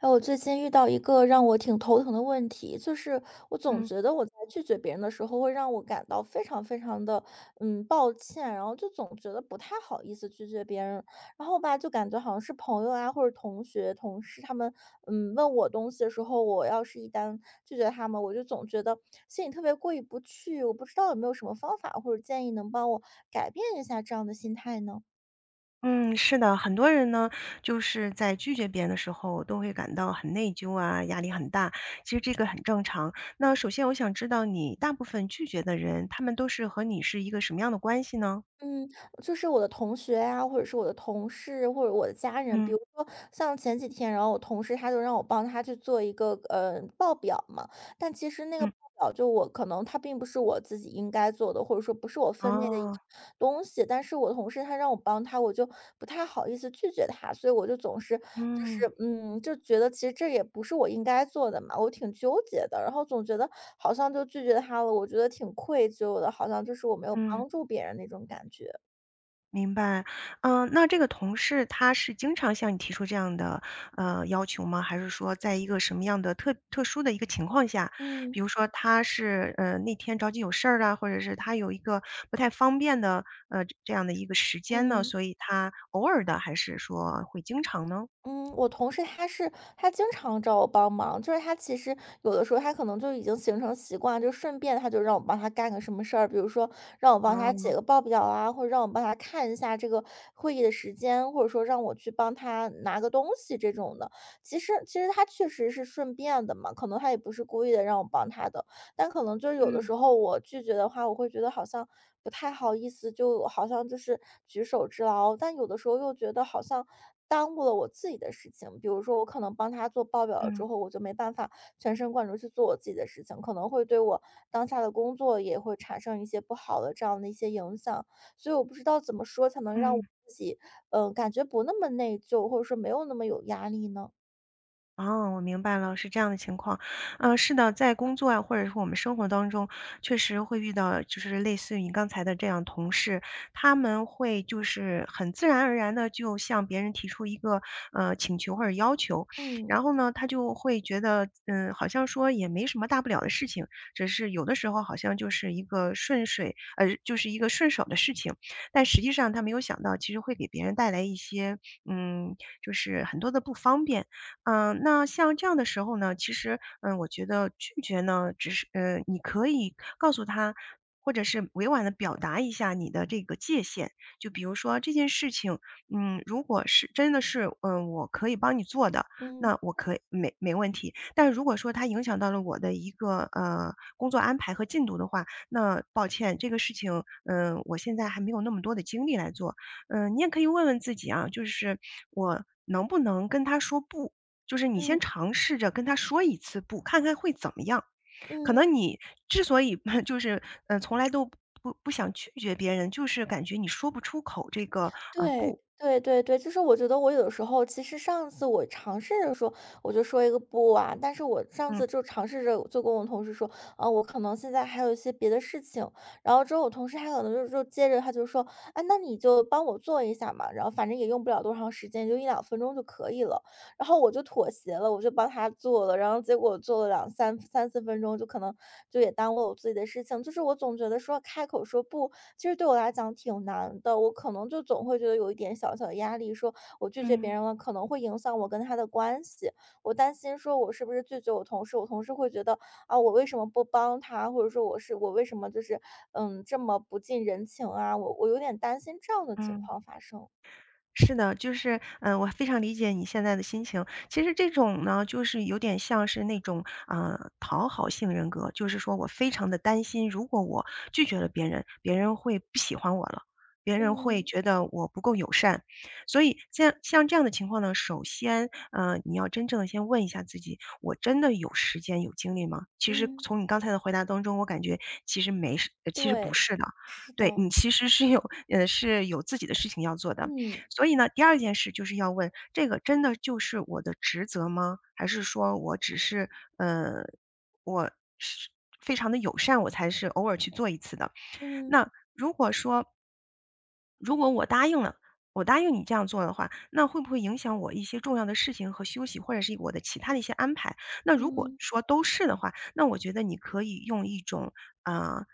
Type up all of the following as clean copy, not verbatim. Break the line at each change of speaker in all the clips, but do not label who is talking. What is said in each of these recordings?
哎，我最近遇到一个让我挺头疼的问题，就是我总
嗯
觉得我在拒绝别人的时候，会让我感到非常非常的抱歉，然后就总觉得不太好意思拒绝别人，然后吧，就感觉好像是朋友啊或者同学、同事他们问我东西的时候，我要是一旦拒绝他们，我就总觉得心里特别过意不去，我不知道有没有什么方法或者建议能帮我改变一下这样的心态呢？
嗯，是的，很多人呢，就是在拒绝别人的时候，都会感到很内疚啊，压力很大。其实这个很正常。那首先我想知道你大部分拒绝的人，他们都是和你是一个什么样的关系呢？
嗯，就是我的同学啊，或者是我的同事，或者我的家人，比
嗯
如说像前几天，然后我同事他就让我帮他去做一个报表嘛，但其实那个
嗯，
报表就我可能它并不是我自己应该做的，或者说不是我分内的一
哦，
个东西，但是我同事他让我帮他，我就不太好意思拒绝他，所以我就总是就
嗯
是，就觉得其实这也不是我应该做的嘛，我挺纠结的，然后总觉得好像就拒绝他了，我觉得挺愧疚的，好像就是我没有
嗯。
帮助别人那种感觉。
明白，嗯，那这个同事他是经常向你提出这样的，要求吗？还是说在一个什么样的特殊的一个情况下，
嗯
比如说他是，那天着急有事儿啊，或者是他有一个不太方便的，这样的一个时间呢，
嗯。
所以他偶尔的还是说会经常呢？
嗯，我同事他经常找我帮忙，就是他其实有的时候他可能就已经形成习惯，就顺便他就让我帮他干个什么事儿，比如说让我帮他
啊，
写个报表啊，或者让我帮他看一下这个会议的时间，或者说让我去帮他拿个东西这种的。其实他确实是顺便的嘛，可能他也不是故意的让我帮他的，但可能就是有的
嗯，
时候我拒绝的话，我会觉得好像不太好意思，就好像就是举手之劳。但有的时候又觉得好像耽误了我自己的事情，比如说我可能帮他做报表了之
嗯，
后，我就没办法全神贯注去做我自己的事情，可能会对我当下的工作也会产生一些不好的这样的一些影响。所以我不知道怎么说才能让我
嗯。
自己，感觉不那么内疚，或者说没有那么有压力呢？
哦，我明白了，是这样的情况。嗯，是的，在工作啊，或者是我们生活当中，确实会遇到，就是类似于你刚才的这样同事，他们会就是很自然而然的就向别人提出一个请求或者要求，
嗯
然后呢，他就会觉得，嗯，好像说也没什么大不了的事情，只是有的时候好像就是一个顺水，就是一个顺手的事情，但实际上他没有想到，其实会给别人带来一些，嗯，就是很多的不方便。嗯，那像这样的时候呢，其实，嗯，我觉得拒绝呢，只是，你可以告诉他，或者是委婉的表达一下你的这个界限。就比如说这件事情，嗯，如果是真的是，嗯，我可以帮你做的，
嗯
那我可以没问题。但如果说它影响到了我的一个，工作安排和进度的话，那抱歉，这个事情，嗯，我现在还没有那么多的精力来做。嗯，你也可以问问自己啊，就是我能不能跟他说不？就是你先
嗯
尝试着跟他说一次不，看看会怎么样。可
嗯。
能你之所以 就是，嗯，从来都不想拒绝别人，就是感觉你说不出口这个啊、
对，
不，
对对对，就是我觉得我有的时候，其实上次我尝试着说，我就说一个不啊，但是我上
嗯
次就尝试着就跟我同事说，啊，我可能现在还有一些别的事情，然后之后我同事还可能就接着他就说，啊，那你就帮我做一下嘛，然后反正也用不了多长时间，就一两分钟就可以了，然后我就妥协了，我就帮他做了，然后结果做了三四分钟，就可能就也耽误了我自己的事情，就是我总觉得说开口说不其实对我来讲挺难的，我可能就总会觉得有一点小小的压力，说我拒绝别
嗯
人了，可能会影响我跟他的关系。我担心说我是不是拒绝我同事，我同事会觉得啊，我为什么不帮他，或者说我为什么就是这么不近人情啊？我有点担心这样的情
嗯。
况发生。
是的，就是，嗯，我非常理解你现在的心情。其实这种呢，就是有点像是那种，讨好性人格，就是说我非常的担心，如果我拒绝了别人，别人会不喜欢我了，别人会
嗯
觉得我不够友善。所以像这样的情况呢，首先，你要真正的先问一下自己，我真的有时间有精力吗？其实
嗯，
从你刚才的回答当中，我感觉其实不
对，
是的。
是
对，
的，
你其实是有呃，是有自己的事情要做的。
嗯
所以呢，第二件事就是要问，这个真的就是我的职责吗？还是说我只是，呃，我是非常的友善，我才是偶尔去做一次的。
嗯嗯。
那如果说如果我答应你这样做的话，那会不会影响我一些重要的事情和休息，或者是我的其他的一些安排？那如果
嗯
说都是的话，那我觉得你可以用一种，啊。呃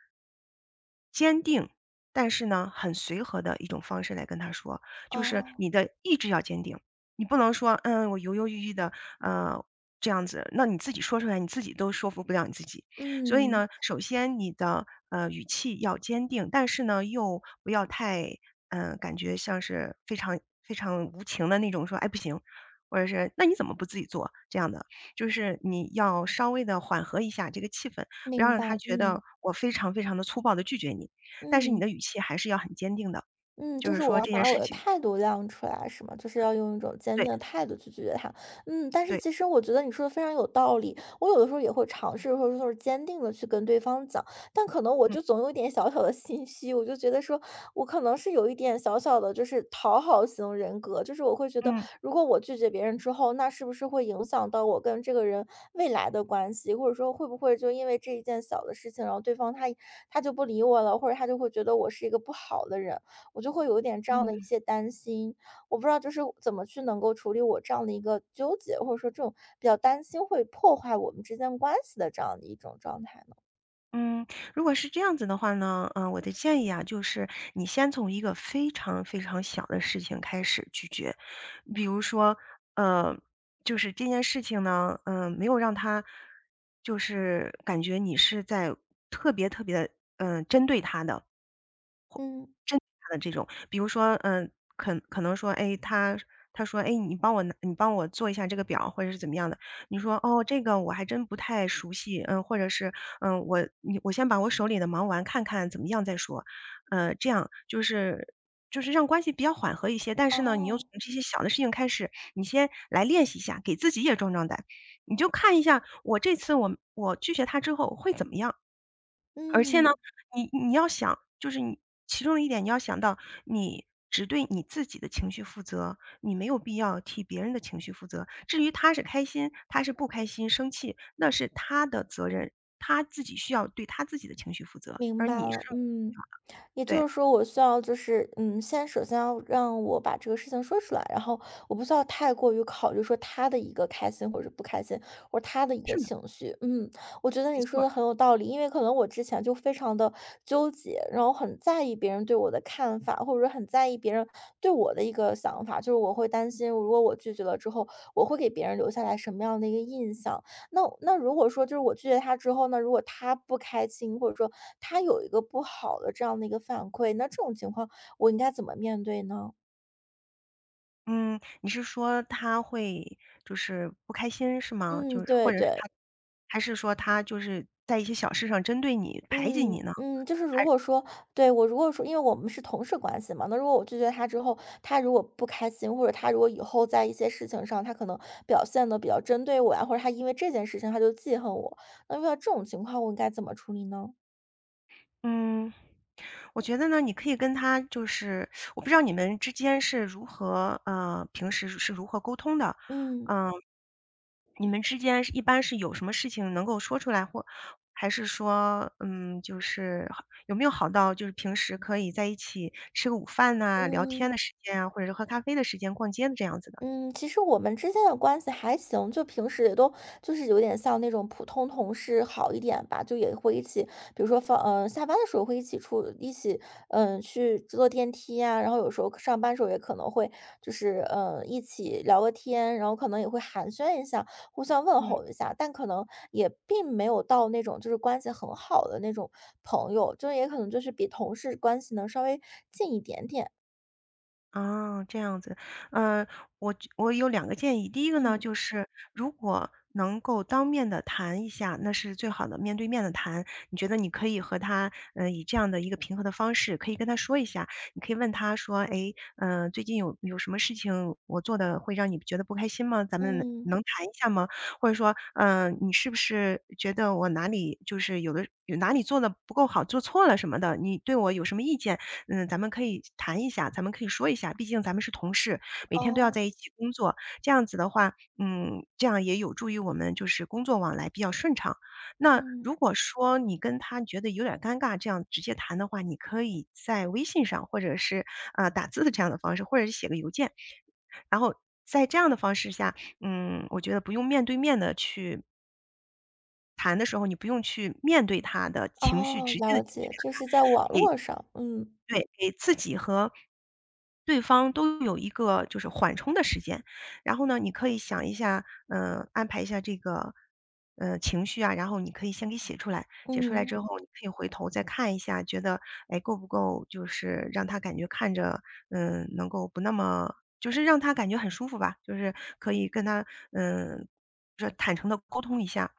坚定，但是呢，很随和的一种方式来跟他说，就是
哦，
你的意志要坚定，你不能说，嗯，我犹犹豫豫的，呃，这样子，那你自己说出来，你自己都说服不了你自己。所以
嗯，
呢，首先你的语气要坚定，但是呢，又不要太，感觉像是非常非常无情的那种说，哎，不行。或者是那你怎么不自己做这样的？就是你要稍微的缓和一下这个气氛，不要
明
让
白，
他觉
嗯
得我非常非常的粗暴的拒绝你，但是你
嗯。
的语气还是要很坚定的，
嗯，就
就是
是我
说
要
这件
把我
事
的
情
态度亮出来，是吗？就是要用一种坚
对
定的态度去拒绝他。嗯，但是
对，
其实我觉得你说的非常有道理，我有的时候也会尝试，或者说是坚定的去跟对方讲，但可能我
嗯
就总有一点小小的心虚，我就觉得说我可能是有一点小小的就是讨好型人格，就是我会觉得
嗯。
如果我拒绝别人之后，那是不是会影响到我跟这个人未来的关系，或者说会不会就因为这一件小的事情，然后对方他就不理我了，或者他就会觉得我是一个不好的人。我就会有一点这样的一
嗯
些担心，我不知道就是怎么去能够处理我这样的一个纠结，或者说这种比较担心会破坏我们之间关系的这样的一种状态呢？
嗯，如果是这样子的话呢，我的建议啊，就是你先从一个非常非常小的事情开始拒绝，比如说，呃，就是这件事情呢，没有让他，就是感觉你是在特别特别，的，针对他的，
嗯。
他的这种，比如说，嗯，可能说，哎，他说：“哎，你帮我做一下这个表或者是怎么样的。”你说：“哦，这个我还真不太熟悉。”嗯，或者是，嗯，“我先把我手里的忙完，看看怎么样再说。”这样就是让关系比较缓和一些，但是呢，你又从
哦，
这些小的事情开始，你先来练习一下，给自己也壮壮胆。你就看一下，我这次我拒绝他之后会怎么样？而且呢，
嗯。
你要想，就是你其中的一点你要想到，你只对你自己的情绪负责，你没有必要替别人的情绪负责。至于他是开心，他是不开心、生气，那是他的责任，他自己需要对他自己的情绪负责，
明
而
白
你是
了，嗯，也就
对，
是说，我需要就是，首先要让我把这个事情说出来，然后我不需要太过于考虑说他的一个开心或者不开心，或者他的一个
是的，
情绪。嗯，我觉得
没
你
错
说
儿
的很有道理，因为可能我之前就非常的纠结，然后很在意别人对我的看法，或者说很在意别人对我的一个想法，就是我会担心，如果我拒绝了之后，我会给别人留下来什么样的一个印象。那如果说就是我拒绝他之后呢，如果他不开心，或者说他有一个不好的这样的一个反馈，那这种情况我应该怎么面对呢？
嗯，你是说他会就是不开心是吗？
嗯，
就是或
对
者是
对。
他还是说他就是在一些小事上针对你、排挤你
嗯
呢？
嗯，就是如果说，对，我如果说，因为我们是同事关系嘛，那如果我拒绝他之后，他如果不开心，或者他如果以后在一些事情上，他可能表现的比较针对我呀，或者他因为这件事情他就记恨我，那遇到这种情况，我应该怎么处理呢？
嗯。我觉得呢，你可以跟他就是我不知道你们之间是如何平时是如何沟通的？
嗯
嗯，你们之间是一般是有什么事情能够说出来，或还是说，嗯，就是好有没有好到就是平时可以在一起吃个午饭呐，聊
嗯。
天的时间啊，或者是喝咖啡的时间、逛街的这样子的？
嗯，其实我们之间的关系还行，就平时也都就是有点像那种普通同事好一点吧，就也会一起，比如说下班的时候会一起出，一起，嗯、去坐电梯呀、然后有时候上班时候也可能会就是，一起聊个天，然后可能也会寒暄一下，互相问
嗯。
候一下，但可能也并没有到那种就是关系很好的那种朋友，就也可能就是比同事关系能稍微近一点点。
啊，这样子。呃，我觉我有两个建议。第一个呢，
嗯
就是如果能够当面的谈一下，那是最好的，面对面的谈。你觉得你可以和他，以这样的一个平和的方式，可以跟他说一下，你可以问他说：“哎，最近有什么事情我做的会让你觉得不开心吗？咱们能
嗯，
能谈一下吗？”或者说，嗯，你是不是觉得我哪里就是有哪里做的不够好，做错了什么的，你对我有什么意见？”嗯，咱们可以谈一下，咱们可以说一下，毕竟咱们是同事，每天都要
哦，
在一起工作，这样子的话，嗯，这样也有助于我们就是工作往来比较顺畅。那
嗯。
如果说你跟他觉得有点尴尬，这样直接谈的话，你可以在微信上或者是打字的这样的方式，或者是写个邮件，然后在这样的方式下，嗯，我觉得不用面对面的去谈的时候，你不用去面对他的情绪
哦，
直接的
了
情绪
解，
表
就是在网
达，给
络上，嗯，
对，给自己和对方都有一个就是缓冲的时间。然后呢，你可以想一下，嗯，安排一下这个，情绪啊，然后你可以先给写出来，写出来
嗯，
之后，你可以回头再看一下，觉得，哎，够不够就是让他感觉看着，嗯，能够不那么就是让他感觉很舒服吧，就是可以跟他，嗯，就是坦诚的沟通一下。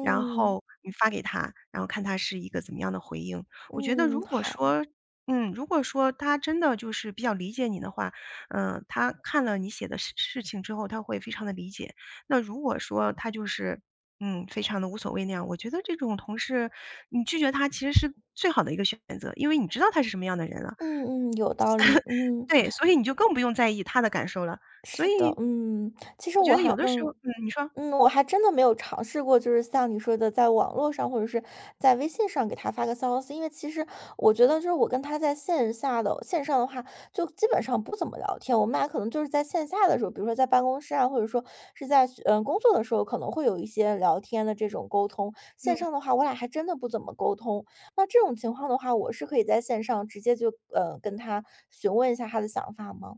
然后你发给他，然后看他是一个怎么样的回应。我觉得如
嗯，
果
好，
说嗯，如果说他真的就是比较理解你的话，嗯，他看了你写的事情之后，他会非常的理解。那如果说他就是，嗯，非常的无所谓那样，我觉得这种同事，你拒绝他其实是最好的一个选择，因为你知道他是什么样的人了。
嗯嗯，有道理，嗯，
对，所以你就更不用在意他的感受了。所
是的，
以
嗯，其实
我觉
我
得
还。
有的时候嗯，你说。
嗯，我还真的没有尝试过，就是像你说的，在网络上或者是在微信上给他发个消息，因为其实我觉得，就是我跟他在线上的话，就基本上不怎么聊天。我们俩可能就是在线下的时候，比如说在办公室啊，或者说是在工作的时候，可能会有一些聊天的这种沟通。线
嗯。
上的话，我俩还真的不怎么沟通。那这种情况的话，我是可以在线上直接就跟他询问一下他的想法吗？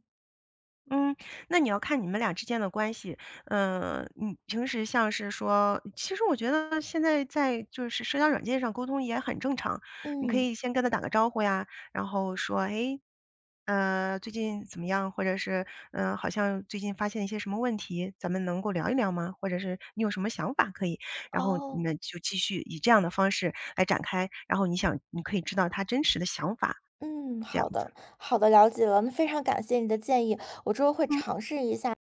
嗯，那你要看你们俩之间的关系。嗯，你平时像是说其实我觉得现在在就是社交软件上沟通也很正常，你可
嗯，
以先跟他打个招呼呀，然后说：“哎，最近怎么样？”或者是，嗯，好像最近发现一些什么问题，咱们能够聊一聊吗？”或者是“你有什么想法可以”然后你
哦。
们就继续以这样的方式来展开，然后你想你可以知道他真实的想法，
嗯，
这样
好的，
子。
好的，了解了。那非常感谢你的建议，我之后会
嗯。
尝试一下。